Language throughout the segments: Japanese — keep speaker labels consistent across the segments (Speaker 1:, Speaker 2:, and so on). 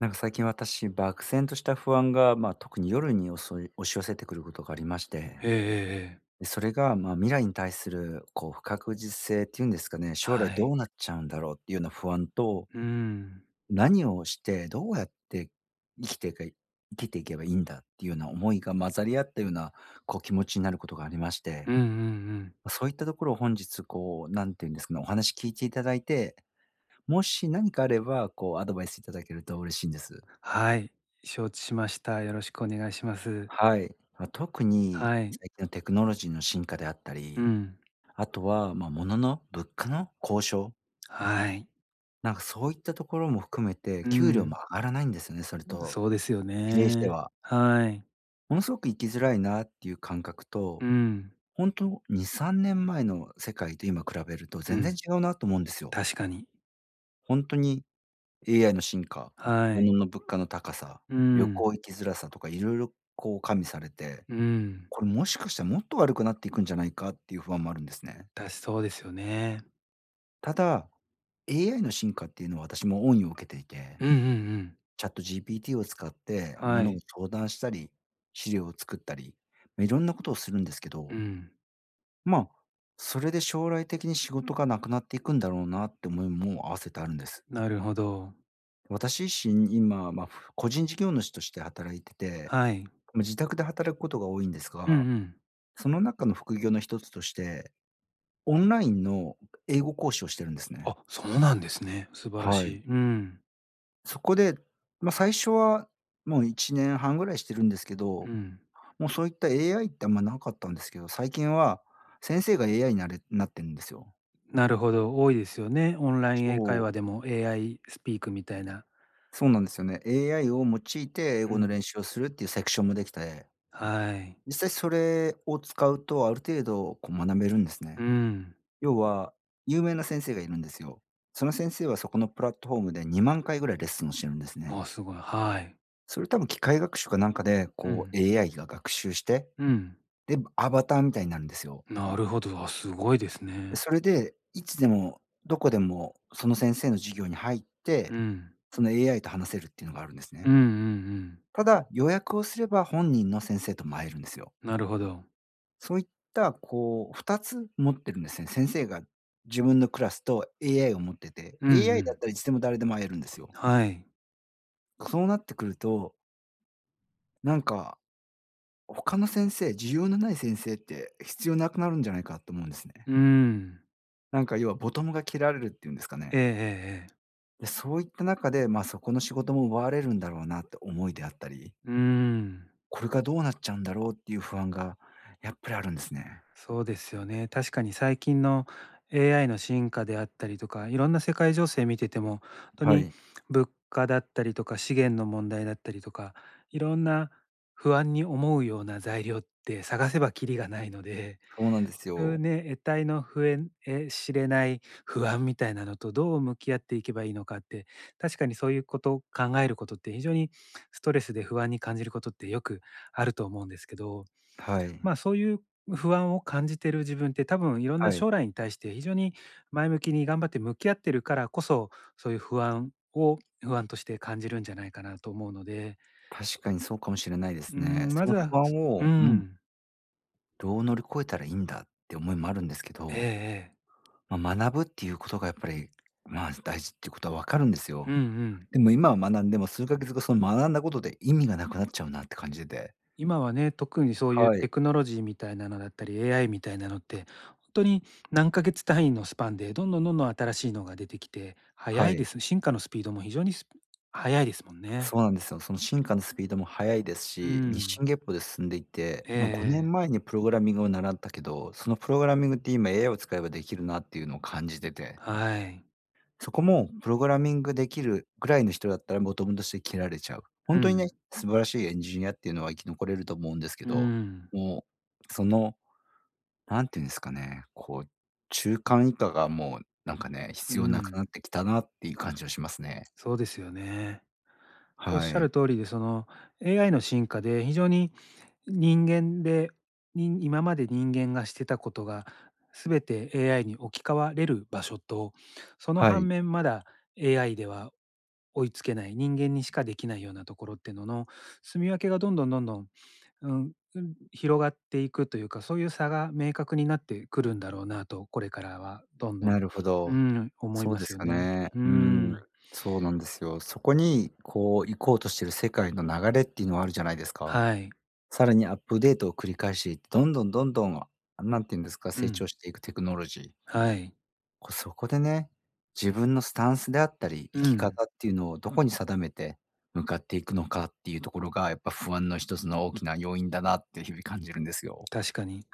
Speaker 1: 最近私、漠然とした不安が、特に夜に押し寄せてくることがありまし
Speaker 2: え
Speaker 1: て、
Speaker 2: えええええ。
Speaker 1: で、それが、未来に対するこう不確実性っていうんですかね、将
Speaker 2: は
Speaker 1: 来ど
Speaker 2: い。
Speaker 1: うなっちゃうんだろうっていうような不安と、
Speaker 2: うん。
Speaker 1: 何をしてどうやって生きていけ生きていけばいいんだっていうような思いが混ざり合ったような、こう気持ちになることがありまし
Speaker 2: うん
Speaker 1: て、
Speaker 2: うんうん。
Speaker 1: そういったところを本日こう、なんていうんですかね、お話聞いていただいて、もし何かあればこうアドバイスいただけると嬉しいんです。
Speaker 2: はい、承知しました。よろしくお願いします。
Speaker 1: はい。特に
Speaker 2: はい。
Speaker 1: 最近のテクノロジーの進化であった
Speaker 2: う
Speaker 1: り、
Speaker 2: ん。
Speaker 1: あとは、物価の交渉、
Speaker 2: はい。
Speaker 1: なんかそういったところも含めて、
Speaker 2: う
Speaker 1: 給料も
Speaker 2: ん。
Speaker 1: 上がらないんですよね、それと
Speaker 2: そうですよ
Speaker 1: 比例して
Speaker 2: ね。
Speaker 1: は。
Speaker 2: はい。
Speaker 1: ものすごく生きづらいなっていう感覚
Speaker 2: う
Speaker 1: と、
Speaker 2: ん。
Speaker 1: 本当にさんと2、3年前の世界と今比べると
Speaker 2: う
Speaker 1: 全然
Speaker 2: ん。
Speaker 1: 違うなと思うんですよ。
Speaker 2: 確かに。
Speaker 1: ほんに AI の進化、
Speaker 2: はい。
Speaker 1: 物価の高さ、
Speaker 2: う
Speaker 1: 旅
Speaker 2: ん。
Speaker 1: 行行きづらさとかいろいろこう加味されて、
Speaker 2: うん。
Speaker 1: これもしかしたらもっと悪くなっていくんじゃないかっていう不安もあるんですね。
Speaker 2: そうですよね。
Speaker 1: ただ、AI の進化っていうのは私も恩義を受けていて、
Speaker 2: うんうんうん。
Speaker 1: ChatGPT を使っても
Speaker 2: は
Speaker 1: のを
Speaker 2: い。
Speaker 1: 相談したり、資料を作ったり、いろんなことをするんですけ
Speaker 2: う
Speaker 1: ど、
Speaker 2: ん。
Speaker 1: まあ、それで将来的に仕事がなくなっていくんだろうなって思いも合わせてあるんです。
Speaker 2: なるほど。
Speaker 1: 私自身、今、個人事業主として働いてて、
Speaker 2: はい。
Speaker 1: 自宅で働くことが多いんです
Speaker 2: うんう
Speaker 1: が、
Speaker 2: ん。
Speaker 1: その中の副業の一つとして、オンラインの英語講師をしてるんですね。
Speaker 2: あ、そうなんですね。素晴ら
Speaker 1: はい。
Speaker 2: しい。うん。
Speaker 1: そこで、最初はもう1年半ぐらいしてるんですけ
Speaker 2: う
Speaker 1: ど、
Speaker 2: ん。
Speaker 1: もうそういった AI ってあんまなかったんですけど、最近は先生が AIなってるんですよ。
Speaker 2: なるほど、多いですよね。オンライン英
Speaker 1: そ
Speaker 2: 会
Speaker 1: う、
Speaker 2: 話でも AI スピークみたいな。
Speaker 1: そうなんですよね。AI を用いて英
Speaker 2: う
Speaker 1: 語の
Speaker 2: ん。
Speaker 1: 練習をするっていうセクションもできて、
Speaker 2: はい。
Speaker 1: 実際それを使うとある程度こう学べるんです
Speaker 2: う
Speaker 1: ね。
Speaker 2: ん。
Speaker 1: 要は、有名な先生がいるんですよ。その先生はそこのプラットフォームで2万回ぐらいレッスンをしてるんですね。
Speaker 2: あ、すごい。はい。
Speaker 1: それ多分機械学習かなんかで
Speaker 2: う
Speaker 1: こ
Speaker 2: ん。
Speaker 1: う AI が学習して
Speaker 2: うん。
Speaker 1: で、アバターみたいになるんですよ。
Speaker 2: なるほど。あ、すごいです
Speaker 1: で、
Speaker 2: ね。
Speaker 1: それで、いつでもどこでもその先生の授業に入っ
Speaker 2: う
Speaker 1: て、
Speaker 2: ん。
Speaker 1: その AI と話せるっていうのがあるんです
Speaker 2: うん
Speaker 1: ね。
Speaker 2: うんうん。
Speaker 1: ただ、予約をすれば本人の先生とも会えるんですよ。
Speaker 2: なるほど。
Speaker 1: そういった2つ持ってるんですね。先生が自分のクラスと AI を持ってて、
Speaker 2: うんう
Speaker 1: AI だっ
Speaker 2: ん。
Speaker 1: たらいつでも誰でも会えるんですよ。
Speaker 2: はい。
Speaker 1: そうなってくると、なんか他の先生、需要のない先生って必要なくなるんじゃないかと思うんですね。
Speaker 2: うん。
Speaker 1: なんか要はボトムが切られるっていうんですか
Speaker 2: ええ
Speaker 1: ね。
Speaker 2: ええええ。
Speaker 1: で、そういった中で、そこの仕事も奪われるんだろうなって思いであったり、
Speaker 2: うーん。
Speaker 1: これからどうなっちゃうんだろうっていう不安がやっぱりあるんですね。
Speaker 2: そうですよね。確かに最近の AI の進化であったりとか、いろんな世界情勢見てても、本当
Speaker 1: は
Speaker 2: に
Speaker 1: い、
Speaker 2: 物価だったりとか、資源の問題だったりとか、いろんな不安に思うような材料って探せばキリがないので、
Speaker 1: そう なんです
Speaker 2: そういう
Speaker 1: よ。
Speaker 2: ね、得体の不ええ知れない不安みたいなのとどう向き合っていけばいいのかって、確かにそういうことを考えることって非常にストレスで不安に感じることってよくあると思うんですけど、
Speaker 1: はい、
Speaker 2: まあ、そういう不安を感じてる自分って多分いろんな
Speaker 1: はい。
Speaker 2: 将来に対して非常に前向きに頑張って向き合ってるからこそ、そういう不安を不安として感じるんじゃないかなと思うので、
Speaker 1: 確かにそうかもしれないです
Speaker 2: う
Speaker 1: ね。
Speaker 2: ん、ま
Speaker 1: そ
Speaker 2: ず
Speaker 1: の
Speaker 2: は、
Speaker 1: 不安
Speaker 2: う
Speaker 1: をうん、
Speaker 2: ん。
Speaker 1: どう乗り越えたらいいんだって思いもあるんですけ
Speaker 2: ええ
Speaker 1: ど、
Speaker 2: ええ。
Speaker 1: 学ぶっていうことがやっぱり、大事っていうことは分かるんです
Speaker 2: うん
Speaker 1: よ。
Speaker 2: うん。
Speaker 1: でも今は学んでも数ヶ月後、その学んだことで意味がなくなっちゃうなって感じで
Speaker 2: 今はね、特にそういう
Speaker 1: はい、
Speaker 2: テクノロジーみたいなのだったり、AI みたいなのって、本当に何ヶ月単位のスパンでどんどんどんどん新しいのが出てきて、早
Speaker 1: は
Speaker 2: いで
Speaker 1: い。
Speaker 2: す。進化のスピードも非常に早いですもんね。
Speaker 1: そうなんですよ。その進化のスピードも速いです
Speaker 2: う
Speaker 1: し、日
Speaker 2: ん。
Speaker 1: 進月歩で進んでいて、
Speaker 2: ええ
Speaker 1: 5
Speaker 2: ええ。
Speaker 1: 年前にプログラミングを習ったけど、そのプログラミングって今 AI を使えばできるなっていうのを感じてて、
Speaker 2: はい。
Speaker 1: そこもプログラミングできるぐらいの人だったらボトムとして切られちゃう。
Speaker 2: う
Speaker 1: 本当にね、
Speaker 2: ん、
Speaker 1: 素晴らしいエンジニアっていうのは生き残れると思うんですけ
Speaker 2: う
Speaker 1: ど、
Speaker 2: ん、
Speaker 1: もう、その、なんていうんですかね、こう、中間以下がもうなんかね、
Speaker 2: う
Speaker 1: 必要なく
Speaker 2: ん、
Speaker 1: なってきたなっていう感じはしますね。
Speaker 2: そうですよね。おっ
Speaker 1: は
Speaker 2: しゃ
Speaker 1: い。
Speaker 2: る通りで、その AI の進化で非常に人間で、に今まで人間がしてたことが全て AI に置き換われる場所と、その
Speaker 1: は
Speaker 2: 反
Speaker 1: い。
Speaker 2: 面まだ AI では追いつけない人間にしかできないようなところっていうのの住み分けがどんどんどんどん、うん、うん、広がっていくというか、そういう差が明確になってくるんだろうなと、これからはどんど
Speaker 1: な
Speaker 2: ん、
Speaker 1: るほ
Speaker 2: う
Speaker 1: ど。
Speaker 2: ん、思い
Speaker 1: そう
Speaker 2: ま
Speaker 1: で
Speaker 2: す
Speaker 1: す
Speaker 2: よ
Speaker 1: よ
Speaker 2: ね。
Speaker 1: ね。
Speaker 2: う
Speaker 1: うん、
Speaker 2: ん、
Speaker 1: そうなんですよ。そこに、こう、行こうとしてる世界の流れっていうのはあるじゃないですか。
Speaker 2: はい。
Speaker 1: さらにアップデートを繰り返していって、どんどんどんどん、なんていうんですか、
Speaker 2: う
Speaker 1: 成
Speaker 2: ん、
Speaker 1: 長していくテクノロジー。
Speaker 2: はい。
Speaker 1: そこでね、自分のスタンスであったり、
Speaker 2: う
Speaker 1: 生き
Speaker 2: ん、
Speaker 1: 方っていうのをどこに定めて向かっていくのかっていうところが、やっぱ不安の一つの大きな要因だなって日々感じるんですよ。
Speaker 2: 確かに。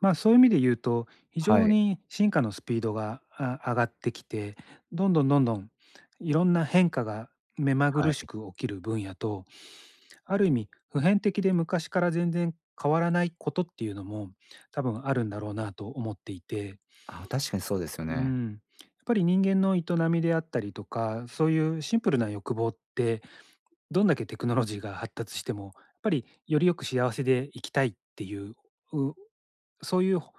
Speaker 2: まあ、そういう意味で言うと、非
Speaker 1: は
Speaker 2: 常
Speaker 1: い、
Speaker 2: に進化のスピードが、あ、上がってきて、どんどんどんどんいろんな変化が目まぐ
Speaker 1: は
Speaker 2: るし
Speaker 1: い。
Speaker 2: く起きる分野とある意味、普遍的で昔から全然変わらないことっていうのも、多分あるんだろうなと思っていて。
Speaker 1: あ、確かにそうですよ
Speaker 2: う
Speaker 1: ね。
Speaker 2: ん。やっぱり人間の営みであったりとか、そういうシンプルな欲望って、どんだけテクノロジーが発達しても、やっぱりよりよく幸せでいきたいっていう、うそういう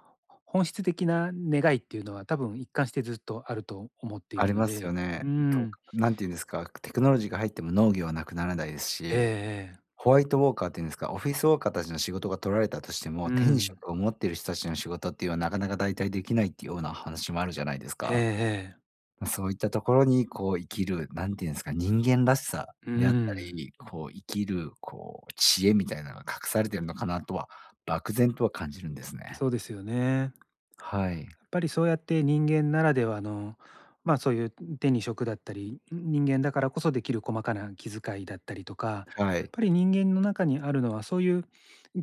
Speaker 2: 本質的な願いっていうのは、多分一貫してずっとあると思ってい
Speaker 1: あ
Speaker 2: る
Speaker 1: り
Speaker 2: の
Speaker 1: ますよ
Speaker 2: で。う
Speaker 1: ね。と、
Speaker 2: ん。
Speaker 1: なんて言うんですか、テクノロジーが入っても農業はなくならないです
Speaker 2: ええ
Speaker 1: し、
Speaker 2: ええ。
Speaker 1: ホワイトウォーカーっていうんですか、オフィスウォーカーたちの仕事が取られたとして
Speaker 2: う
Speaker 1: も、手に
Speaker 2: ん。
Speaker 1: 職を持っている人たちの仕事っていうのはなかなか代替できないっていうような話もあるじゃないです
Speaker 2: ええ
Speaker 1: か。
Speaker 2: ええ。
Speaker 1: そういったところにこう生きる、なんて言うんですか、人間らしさ
Speaker 2: う
Speaker 1: であった
Speaker 2: ん。
Speaker 1: り、こう生きるこう知恵みたいなのが隠されてるのかなとは、漠然とは感じるんですね。
Speaker 2: そうですよね。
Speaker 1: はい。
Speaker 2: そうやって人間ならではの、まあ、そういう手に職だったり、人間だからこそできる細かな気遣いだったりとか、やっ
Speaker 1: はい。
Speaker 2: ぱり人間の中にあるのはそういう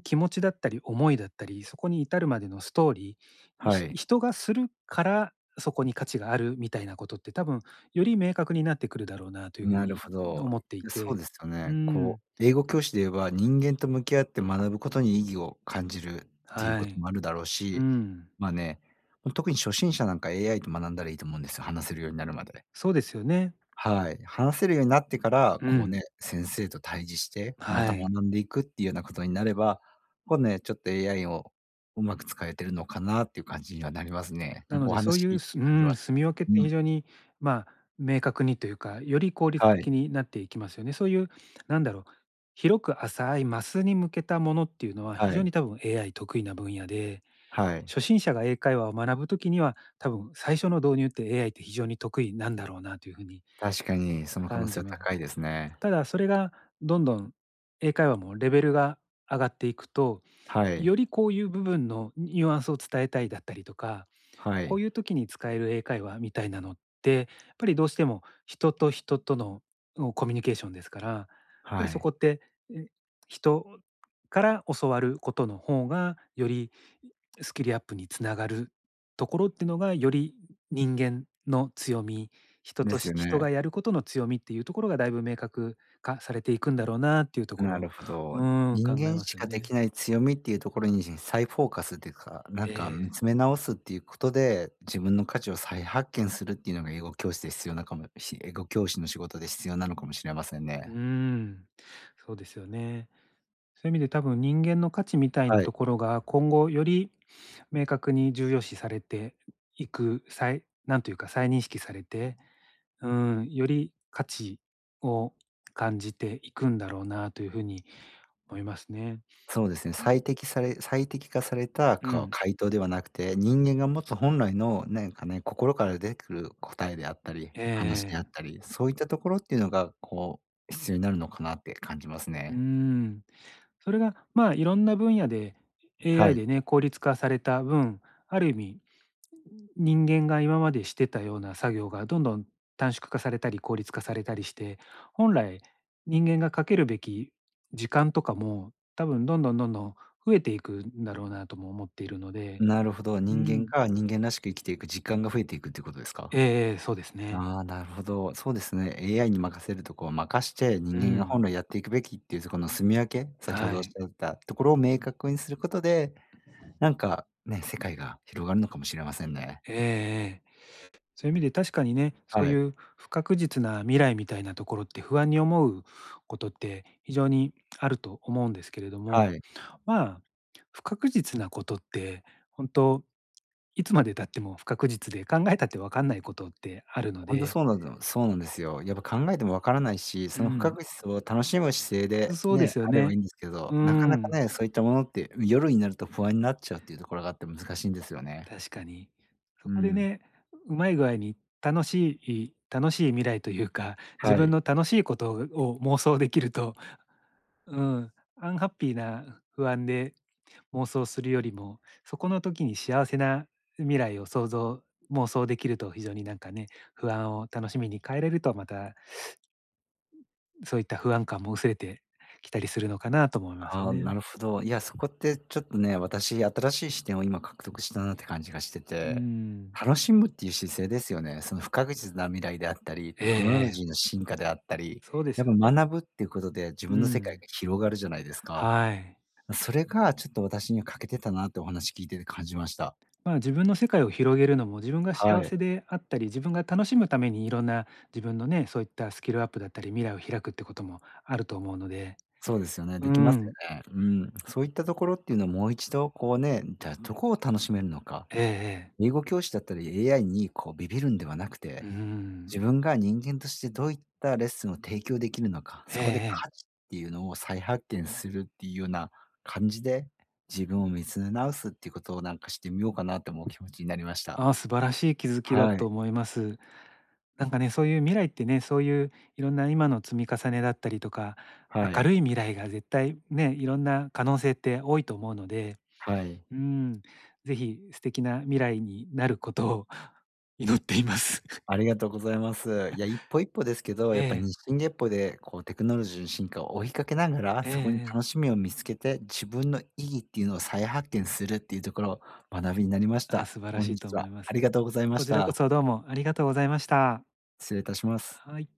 Speaker 2: 気持ちだったり思いだったり、そこに至るまでのストーリー、
Speaker 1: はい。
Speaker 2: 人がするからそこに価値があるみたいなことって多分より明確になってくるだろうなというふう
Speaker 1: なる
Speaker 2: に
Speaker 1: ほど。
Speaker 2: 思ってい
Speaker 1: そう
Speaker 2: て。
Speaker 1: ですよ
Speaker 2: う
Speaker 1: ね。
Speaker 2: ん、
Speaker 1: こう、英語教師で言えば、人間と向き合って学ぶことに意義を感じるっていう
Speaker 2: は
Speaker 1: こと
Speaker 2: い。
Speaker 1: もあるだろう
Speaker 2: う
Speaker 1: し、
Speaker 2: ん、
Speaker 1: まあね、特に初心者なんか AI と学んだらいいと思うんですよ、話せるようになるまで。
Speaker 2: そうですよね。
Speaker 1: はい。話せるようになってから、
Speaker 2: う
Speaker 1: こう
Speaker 2: ん、
Speaker 1: ね、先生と対峙して、ま
Speaker 2: は
Speaker 1: た
Speaker 2: い。
Speaker 1: 学んでいくっていうようなことになれば、こうね、ちょっと AI をうまく使えてるのかなっていう感じにはなりますね。
Speaker 2: な
Speaker 1: なん
Speaker 2: の
Speaker 1: かお
Speaker 2: で、そうい
Speaker 1: 話聞
Speaker 2: う、
Speaker 1: いて
Speaker 2: す
Speaker 1: て
Speaker 2: う
Speaker 1: 感じま
Speaker 2: ん、
Speaker 1: し
Speaker 2: 住
Speaker 1: た。
Speaker 2: み分けっ
Speaker 1: う
Speaker 2: て
Speaker 1: ん。
Speaker 2: 非常に、まあ、明確にというか、より効率
Speaker 1: は
Speaker 2: 的
Speaker 1: い。
Speaker 2: になっていきますよね。そういう、なんだろう、広く浅いマスに向けたものっていうのは、非
Speaker 1: は
Speaker 2: 常
Speaker 1: い。
Speaker 2: に多分 AI 得意な分野で、
Speaker 1: はい。
Speaker 2: 初心者が英会話を学ぶときには、多分最初の導入って AI って非常に得意なんだろうなというふうに
Speaker 1: 確かに、その可能
Speaker 2: 感
Speaker 1: 性
Speaker 2: じ
Speaker 1: は
Speaker 2: ます。
Speaker 1: 高いですね。
Speaker 2: ただ、それがどんどん英会話もレベルが上がっていくと、
Speaker 1: はい。
Speaker 2: よりこういう部分のニュアンスを伝えたいだったりとか、
Speaker 1: は
Speaker 2: こ
Speaker 1: い。
Speaker 2: ういう時に使える英会話みたいなのって、やっぱりどうしても人と人とのコミュニケーションですから、やっぱり
Speaker 1: は
Speaker 2: そ
Speaker 1: い。
Speaker 2: こって、え、人から教わることの方が、よりスキルアップにつながるところっていうのが、より人間の強み、人
Speaker 1: で
Speaker 2: と
Speaker 1: す
Speaker 2: し
Speaker 1: よ
Speaker 2: 人
Speaker 1: ね。
Speaker 2: がやることの強みっていうところがだいぶ明確化されていくんだろうなっていうところ
Speaker 1: なるほ
Speaker 2: を、
Speaker 1: ど。
Speaker 2: うーん、考
Speaker 1: 人
Speaker 2: え
Speaker 1: 間
Speaker 2: ま
Speaker 1: し
Speaker 2: すよ
Speaker 1: かで
Speaker 2: ね。
Speaker 1: きない強みっていうところに再フォーカスっていうか、なん
Speaker 2: え
Speaker 1: か見
Speaker 2: え。
Speaker 1: つめ直すっていうことで、自分の価値を再発見するっていうのが英語教師の仕事で必要なのかもしれません
Speaker 2: うー
Speaker 1: ね。
Speaker 2: ん、そうですよね。そういう意味で多分人間の価値みたい
Speaker 1: は
Speaker 2: なと
Speaker 1: い。
Speaker 2: ころが今後より明確に重要視されていく、再なんというか再認識されて、うん、より価値を感じていくんだろうなというふうに思いますね。
Speaker 1: そうですね、最適化された
Speaker 2: うん。
Speaker 1: 回答ではなくて、人間が持つ本来のなんかね、心から出てくる答えであったり、話
Speaker 2: え
Speaker 1: であっ
Speaker 2: え、
Speaker 1: たり、そういったところっていうのが、こう、必要になるのかなって感じます
Speaker 2: う
Speaker 1: ね。
Speaker 2: ん。それが、まあ、いろんな分野で
Speaker 1: は
Speaker 2: AI
Speaker 1: い。
Speaker 2: でね、効率化された分、ある意味人間が今までしてたような作業がどんどん短縮化されたり効率化されたりして、本来人間がかけるべき時間とかも、多分どんどんどんどん増えていくんだろうなとも思っているので。
Speaker 1: なるほど、
Speaker 2: う
Speaker 1: 人間
Speaker 2: ん。
Speaker 1: が人間らしく生きていく実感が増えていくっていうことですか？
Speaker 2: ええええ、そうですね。
Speaker 1: ああ、なるほど。そうですね、AI に任せるとこを任して、
Speaker 2: う
Speaker 1: 人間が
Speaker 2: ん、
Speaker 1: 本来やっていくべきっていうそこの住み分け、先ほ
Speaker 2: は
Speaker 1: どおっし
Speaker 2: い。
Speaker 1: ゃったところを明確にすることで、なんかね、世界が広がるのかもしれませんね。
Speaker 2: ええええ。そういう意味で確かにね、そう
Speaker 1: は
Speaker 2: い
Speaker 1: い。
Speaker 2: う不確実な未来みたいなところって不安に思うことって非常にあると思うんですけれども、
Speaker 1: はい。
Speaker 2: まあ、不確実なことって本当いつまで経っても不確実で、考えたって分かんないことってあるの
Speaker 1: ほんと
Speaker 2: で、
Speaker 1: そうなんだそうなんですよ。やっぱ考えてもわからないし、
Speaker 2: う
Speaker 1: その不
Speaker 2: ん、
Speaker 1: 確実を楽しむ姿勢で
Speaker 2: そうで
Speaker 1: ね、
Speaker 2: すよ
Speaker 1: あれば
Speaker 2: ね。
Speaker 1: いいんですけ
Speaker 2: う
Speaker 1: ど、なかなか
Speaker 2: ん、
Speaker 1: ね、そういったものって、夜になると不安になっちゃうっていうところがあって難しいんですよね。
Speaker 2: 確かに。そ
Speaker 1: う
Speaker 2: こで
Speaker 1: ん。
Speaker 2: ね、うまい具合に楽しい楽しい未来というか、自
Speaker 1: は
Speaker 2: 分
Speaker 1: い。
Speaker 2: の楽しいことを妄想できると、うん、アンハッピーな不安で妄想するよりも、そこの時に幸せな未来を妄想できると非常になんかね、不安を楽しみに変えれるとまたそういった不安感も薄れてきたりするのかなとも思います
Speaker 1: ああ、
Speaker 2: ね。
Speaker 1: なるほど。いや、そこってちょっとね、私、新しい視点を今獲得したなって感じがして
Speaker 2: う
Speaker 1: て、
Speaker 2: ん。
Speaker 1: 楽しむっていう姿勢ですよね。その不確実な未来であったり、
Speaker 2: え
Speaker 1: テ
Speaker 2: え
Speaker 1: クノロ
Speaker 2: え
Speaker 1: ジーの
Speaker 2: え。
Speaker 1: 進化であったり、
Speaker 2: そうです
Speaker 1: やっ
Speaker 2: よ
Speaker 1: ぱ
Speaker 2: ね。
Speaker 1: 学ぶっていうことで自
Speaker 2: う
Speaker 1: 分の世界が
Speaker 2: ん。
Speaker 1: 広がるじゃないですか。
Speaker 2: はい。
Speaker 1: それがちょっと私には欠けてたなってお話聞いてて感じました。
Speaker 2: まあ、自分の世界を広げるのも、自分が
Speaker 1: は
Speaker 2: 幸
Speaker 1: い。
Speaker 2: せであったり、自分が楽しむためにいろんな自分のね、そういったスキルアップだったり、未来を開くってこともあると思うので。
Speaker 1: そうですよね。
Speaker 2: う
Speaker 1: できます
Speaker 2: ん。
Speaker 1: よね。うん。そういったところっていうのをもう一度こうね、じゃあどこを楽しめるのか。
Speaker 2: ええええ。
Speaker 1: 英語教師だったり AI にこうビビるんではなく
Speaker 2: う
Speaker 1: て、
Speaker 2: ん。
Speaker 1: 自分が人間としてどういったレッスンを提供できるのか、
Speaker 2: え
Speaker 1: そ
Speaker 2: え
Speaker 1: こで価
Speaker 2: ええ。
Speaker 1: 値っていうのを再発見するっていうような感じで、自分を見つめ直すっていうことをなんかしてみようかなって思う気持ちになりました。
Speaker 2: ああ、素晴らしい気づきだ
Speaker 1: はい。
Speaker 2: と思います。なんかね、そういう未来ってね、そういういろんな今の積み重ねだったりとか、
Speaker 1: は
Speaker 2: 明
Speaker 1: い。
Speaker 2: るい未来が絶対ね、いろんな可能性って多いと思うので、
Speaker 1: はい。
Speaker 2: うん、ぜひ素敵な未来になることを 祈っています。
Speaker 1: あ りがとうございます。いや、一歩一歩ですけど、
Speaker 2: え
Speaker 1: やっぱ
Speaker 2: え、
Speaker 1: 日進月歩でこうテクノロジーの進化を追いかけながら、
Speaker 2: ええ
Speaker 1: そこに
Speaker 2: え
Speaker 1: 楽
Speaker 2: え。
Speaker 1: しみを見つけて、自分の意義っていうのを再発見するっていうところ、学びになりまし
Speaker 2: あ、
Speaker 1: た。
Speaker 2: 素晴ら
Speaker 1: 本
Speaker 2: しいと
Speaker 1: 日
Speaker 2: 思
Speaker 1: は
Speaker 2: います。
Speaker 1: ありがとうございま
Speaker 2: こ
Speaker 1: し
Speaker 2: ちらこ
Speaker 1: た。
Speaker 2: そどうもありがとうございました。
Speaker 1: 失礼いたします。
Speaker 2: はい。